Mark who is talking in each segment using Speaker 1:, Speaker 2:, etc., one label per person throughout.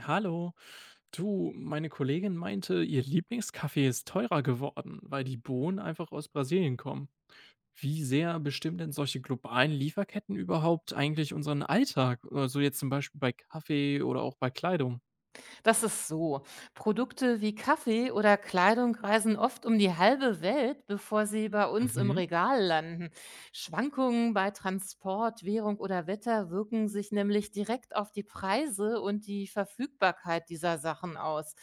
Speaker 1: Hallo. Du, meine Kollegin meinte, ihr Lieblingskaffee ist teurer geworden, weil die Bohnen einfach aus Brasilien kommen. Wie sehr bestimmen denn solche globalen Lieferketten überhaupt eigentlich unseren Alltag? Also jetzt zum Beispiel bei Kaffee oder auch bei Kleidung.
Speaker 2: Das ist so. Produkte wie Kaffee oder Kleidung reisen oft um die halbe Welt, bevor sie bei uns im
Speaker 1: Mhm.
Speaker 2: Regal landen. Schwankungen bei Transport, Währung oder Wetter wirken sich nämlich direkt auf die Preise und die Verfügbarkeit dieser Sachen aus.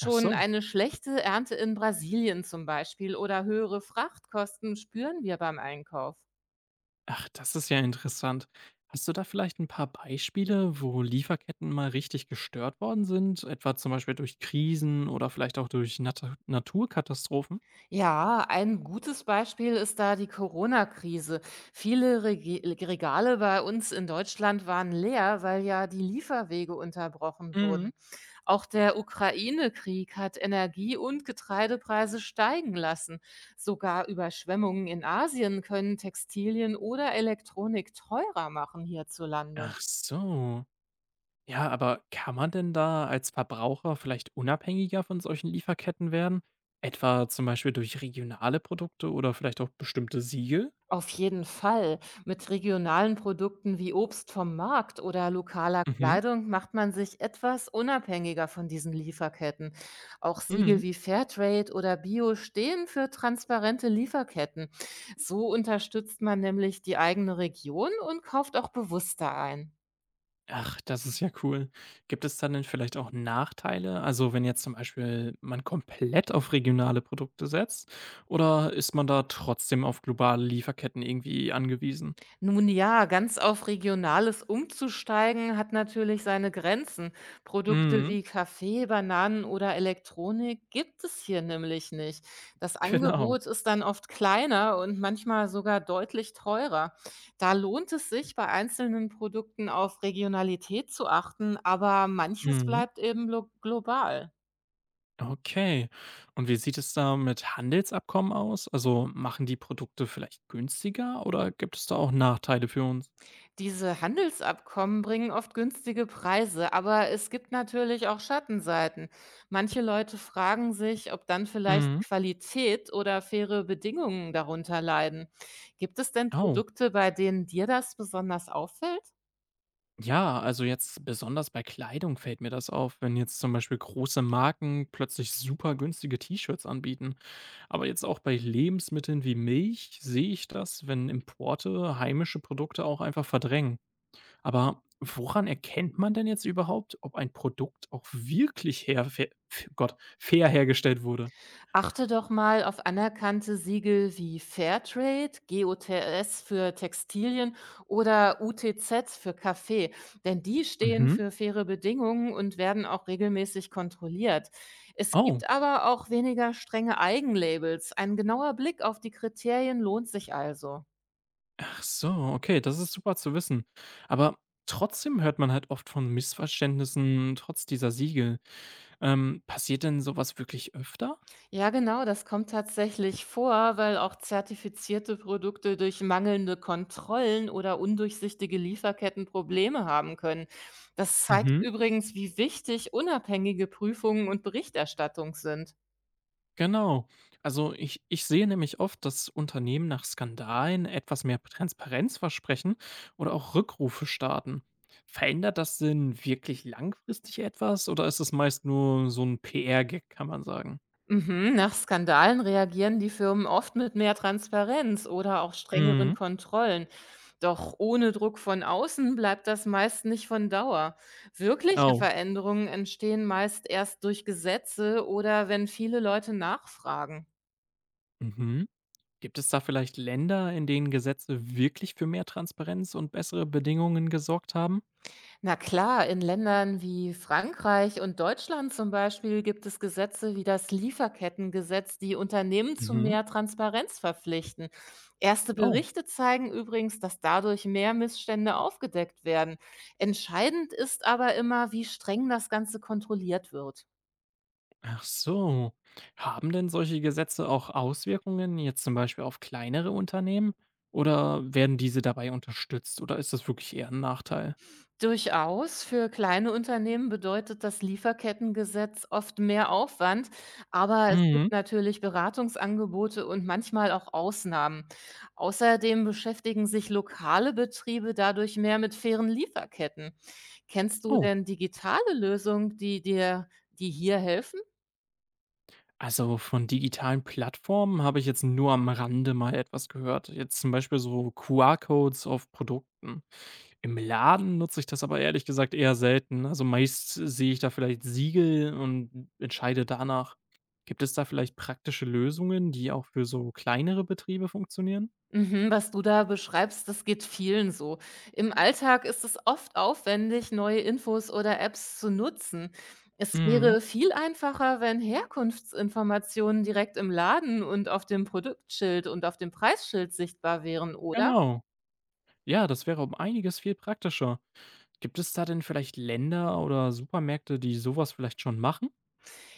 Speaker 1: Ach so.
Speaker 2: eine schlechte Ernte in Brasilien zum Beispiel oder höhere Frachtkosten spüren wir beim Einkauf.
Speaker 1: Ach, das ist ja interessant. Hast du da vielleicht ein paar Beispiele, wo Lieferketten mal richtig gestört worden sind? Etwa zum Beispiel durch Krisen oder vielleicht auch durch Naturkatastrophen?
Speaker 2: Ja, ein gutes Beispiel ist da die Corona-Krise. Viele Regale bei uns in Deutschland waren leer, weil ja die Lieferwege unterbrochen
Speaker 1: Mhm.
Speaker 2: wurden. Auch der Ukraine-Krieg hat Energie- und Getreidepreise steigen lassen. Sogar Überschwemmungen in Asien können Textilien oder Elektronik teurer machen hierzulande.
Speaker 1: Ach so. Ja, aber kann man denn da als Verbraucher vielleicht unabhängiger von solchen Lieferketten werden? Etwa zum Beispiel durch regionale Produkte oder vielleicht auch bestimmte Siegel?
Speaker 2: Auf jeden Fall. Mit regionalen Produkten wie Obst vom Markt oder lokaler
Speaker 1: Mhm.
Speaker 2: Kleidung macht man sich etwas unabhängiger von diesen Lieferketten. Auch Siegel
Speaker 1: Mhm.
Speaker 2: wie Fairtrade oder Bio stehen für transparente Lieferketten. So unterstützt man nämlich die eigene Region und kauft auch bewusster ein.
Speaker 1: Ach, das ist ja cool. Gibt es dann denn vielleicht auch Nachteile? Also wenn jetzt zum Beispiel man komplett auf regionale Produkte setzt, oder ist man da trotzdem auf globale Lieferketten irgendwie angewiesen?
Speaker 2: Nun ja, ganz auf Regionales umzusteigen hat natürlich seine Grenzen. Produkte
Speaker 1: Mhm.
Speaker 2: wie Kaffee, Bananen oder Elektronik gibt es hier nämlich nicht. Das
Speaker 1: Genau.
Speaker 2: Angebot ist dann oft kleiner und manchmal sogar deutlich teurer. Da lohnt es sich, bei einzelnen Produkten auf Regionalität zu achten, aber manches
Speaker 1: Mhm.
Speaker 2: bleibt eben global.
Speaker 1: Okay. Und wie sieht es da mit Handelsabkommen aus? Also machen die Produkte vielleicht günstiger oder gibt es da auch Nachteile für uns?
Speaker 2: Diese Handelsabkommen bringen oft günstige Preise, aber es gibt natürlich auch Schattenseiten. Manche Leute fragen sich, ob dann vielleicht
Speaker 1: Mhm.
Speaker 2: Qualität oder faire Bedingungen darunter leiden. Gibt es denn
Speaker 1: Oh.
Speaker 2: Produkte, bei denen dir das besonders auffällt?
Speaker 1: Ja, also jetzt besonders bei Kleidung fällt mir das auf, wenn jetzt zum Beispiel große Marken plötzlich super günstige T-Shirts anbieten. Aber jetzt auch bei Lebensmitteln wie Milch sehe ich das, wenn Importe heimische Produkte auch einfach verdrängen. Aber woran erkennt man denn jetzt überhaupt, ob ein Produkt auch wirklich her fe Gott, fair hergestellt wurde?
Speaker 2: Achte doch mal auf anerkannte Siegel wie Fairtrade, GOTS für Textilien oder UTZ für Kaffee, denn die stehen
Speaker 1: Mhm.
Speaker 2: für faire Bedingungen und werden auch regelmäßig kontrolliert. Es
Speaker 1: Oh,
Speaker 2: gibt aber auch weniger strenge Eigenlabels. Ein genauer Blick auf die Kriterien lohnt sich also.
Speaker 1: ach so, okay, das ist super zu wissen. Aber trotzdem hört man halt oft von Missverständnissen trotz dieser Siegel. Passiert denn sowas wirklich öfter?
Speaker 2: Ja, genau, das kommt tatsächlich vor, weil auch zertifizierte Produkte durch mangelnde Kontrollen oder undurchsichtige Lieferketten Probleme haben können. Das zeigt
Speaker 1: Mhm.
Speaker 2: übrigens, wie wichtig unabhängige Prüfungen und Berichterstattung sind.
Speaker 1: Genau. Also ich sehe nämlich oft, dass Unternehmen nach Skandalen etwas mehr Transparenz versprechen oder auch Rückrufe starten. Verändert das denn wirklich langfristig etwas oder ist es meist nur so ein PR-Gag, kann man sagen?
Speaker 2: Mhm. Nach Skandalen reagieren die Firmen oft mit mehr Transparenz oder auch strengeren
Speaker 1: Mhm.
Speaker 2: Kontrollen. Doch ohne Druck von außen bleibt das meist nicht von Dauer. Wirkliche
Speaker 1: Oh.
Speaker 2: Veränderungen entstehen meist erst durch Gesetze oder wenn viele Leute nachfragen.
Speaker 1: Mhm. Gibt es da vielleicht Länder, in denen Gesetze wirklich für mehr Transparenz und bessere Bedingungen gesorgt haben?
Speaker 2: Na klar, in Ländern wie Frankreich und Deutschland zum Beispiel gibt es Gesetze wie das Lieferkettengesetz, die Unternehmen zu
Speaker 1: Mhm.
Speaker 2: mehr Transparenz verpflichten. Erste
Speaker 1: Oh.
Speaker 2: Berichte zeigen übrigens, dass dadurch mehr Missstände aufgedeckt werden. Entscheidend ist aber immer, wie streng das Ganze kontrolliert wird.
Speaker 1: Ach so. Haben denn solche Gesetze auch Auswirkungen jetzt zum Beispiel auf kleinere Unternehmen? Oder werden diese dabei unterstützt? Oder ist das wirklich eher ein Nachteil?
Speaker 2: Durchaus. Für kleine Unternehmen bedeutet das Lieferkettengesetz oft mehr Aufwand, aber es gibt
Speaker 1: Mhm.
Speaker 2: natürlich Beratungsangebote und manchmal auch Ausnahmen. Außerdem beschäftigen sich lokale Betriebe dadurch mehr mit fairen Lieferketten. Kennst du
Speaker 1: Oh,
Speaker 2: denn digitale Lösungen, die hier helfen?
Speaker 1: also von digitalen Plattformen habe ich jetzt nur am Rande mal etwas gehört. Jetzt zum Beispiel so QR-Codes auf Produkten. Im Laden nutze ich das aber ehrlich gesagt eher selten. Also meist sehe ich da vielleicht Siegel und entscheide danach. Gibt es da vielleicht praktische Lösungen, die auch für so kleinere Betriebe funktionieren?
Speaker 2: Mhm, was du da beschreibst, das geht vielen so. Im Alltag ist es oft aufwendig, neue Infos oder Apps zu nutzen. Es
Speaker 1: Mhm,
Speaker 2: wäre viel einfacher, wenn Herkunftsinformationen direkt im Laden und auf dem Produktschild und auf dem Preisschild sichtbar wären, oder?
Speaker 1: genau. Ja, das wäre um einiges viel praktischer. Gibt es da denn vielleicht Länder oder Supermärkte, die sowas vielleicht schon machen?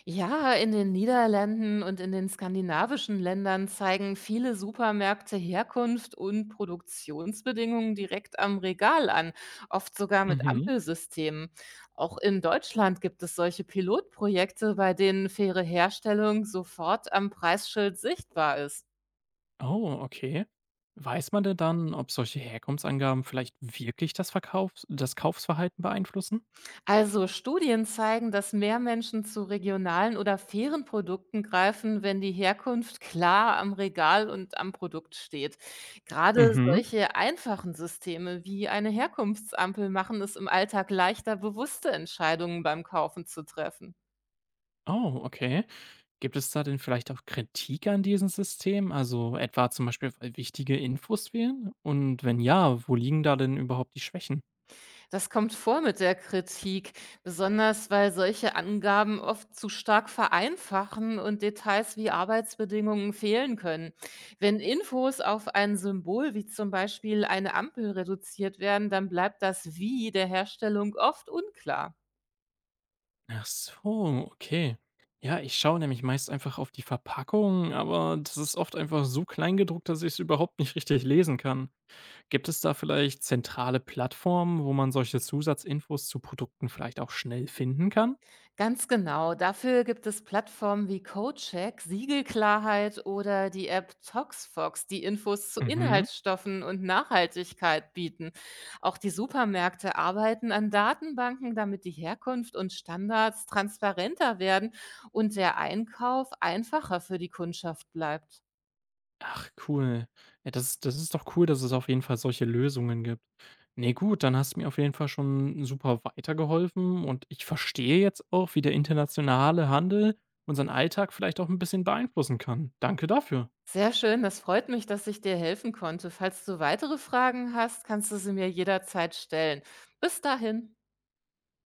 Speaker 2: Ja, in den Niederlanden und in den skandinavischen Ländern zeigen viele Supermärkte Herkunft und Produktionsbedingungen direkt am Regal an, oft sogar mit
Speaker 1: Mhm.
Speaker 2: Ampelsystemen. Auch in Deutschland gibt es solche Pilotprojekte, bei denen faire Herstellung sofort am Preisschild sichtbar ist.
Speaker 1: Oh, okay. Weiß man denn dann, ob solche Herkunftsangaben vielleicht wirklich das Verkaufs das Kaufsverhalten beeinflussen?
Speaker 2: Also Studien zeigen, dass mehr Menschen zu regionalen oder fairen Produkten greifen, wenn die Herkunft klar am Regal und am Produkt steht. Gerade
Speaker 1: Mhm.
Speaker 2: solche einfachen Systeme wie eine Herkunftsampel machen es im Alltag leichter, bewusste Entscheidungen beim Kaufen zu treffen.
Speaker 1: Oh, okay. Gibt es da denn vielleicht auch Kritik an diesem System? Also etwa zum Beispiel, weil wichtige Infos fehlen? Und wenn ja, wo liegen da denn überhaupt die Schwächen?
Speaker 2: Das kommt vor mit der Kritik, besonders weil solche Angaben oft zu stark vereinfachen und Details wie Arbeitsbedingungen fehlen können. Wenn Infos auf ein Symbol wie zum Beispiel eine Ampel reduziert werden, dann bleibt das Wie der Herstellung oft unklar.
Speaker 1: Ach so, okay. Ja, ich schaue nämlich meist einfach auf die Verpackung, aber das ist oft einfach so klein gedruckt, dass ich es überhaupt nicht richtig lesen kann. Gibt es da vielleicht zentrale Plattformen, wo man solche Zusatzinfos zu Produkten vielleicht auch schnell finden kann?
Speaker 2: Ganz genau. Dafür gibt es Plattformen wie CodeCheck, Siegelklarheit oder die App ToxFox, die Infos zu
Speaker 1: Mhm.
Speaker 2: Inhaltsstoffen und Nachhaltigkeit bieten. Auch die Supermärkte arbeiten an Datenbanken, damit die Herkunft und Standards transparenter werden und der Einkauf einfacher für die Kundschaft bleibt.
Speaker 1: Ach, cool. Ja, das ist doch cool, dass es auf jeden Fall solche Lösungen gibt. Nee, gut, dann hast du mir auf jeden Fall schon super weitergeholfen und ich verstehe jetzt auch, wie der internationale Handel unseren Alltag vielleicht auch ein bisschen beeinflussen kann. Danke dafür.
Speaker 2: Sehr schön, das freut mich, dass ich dir helfen konnte. Falls du weitere Fragen hast, kannst du sie mir jederzeit stellen. Bis dahin.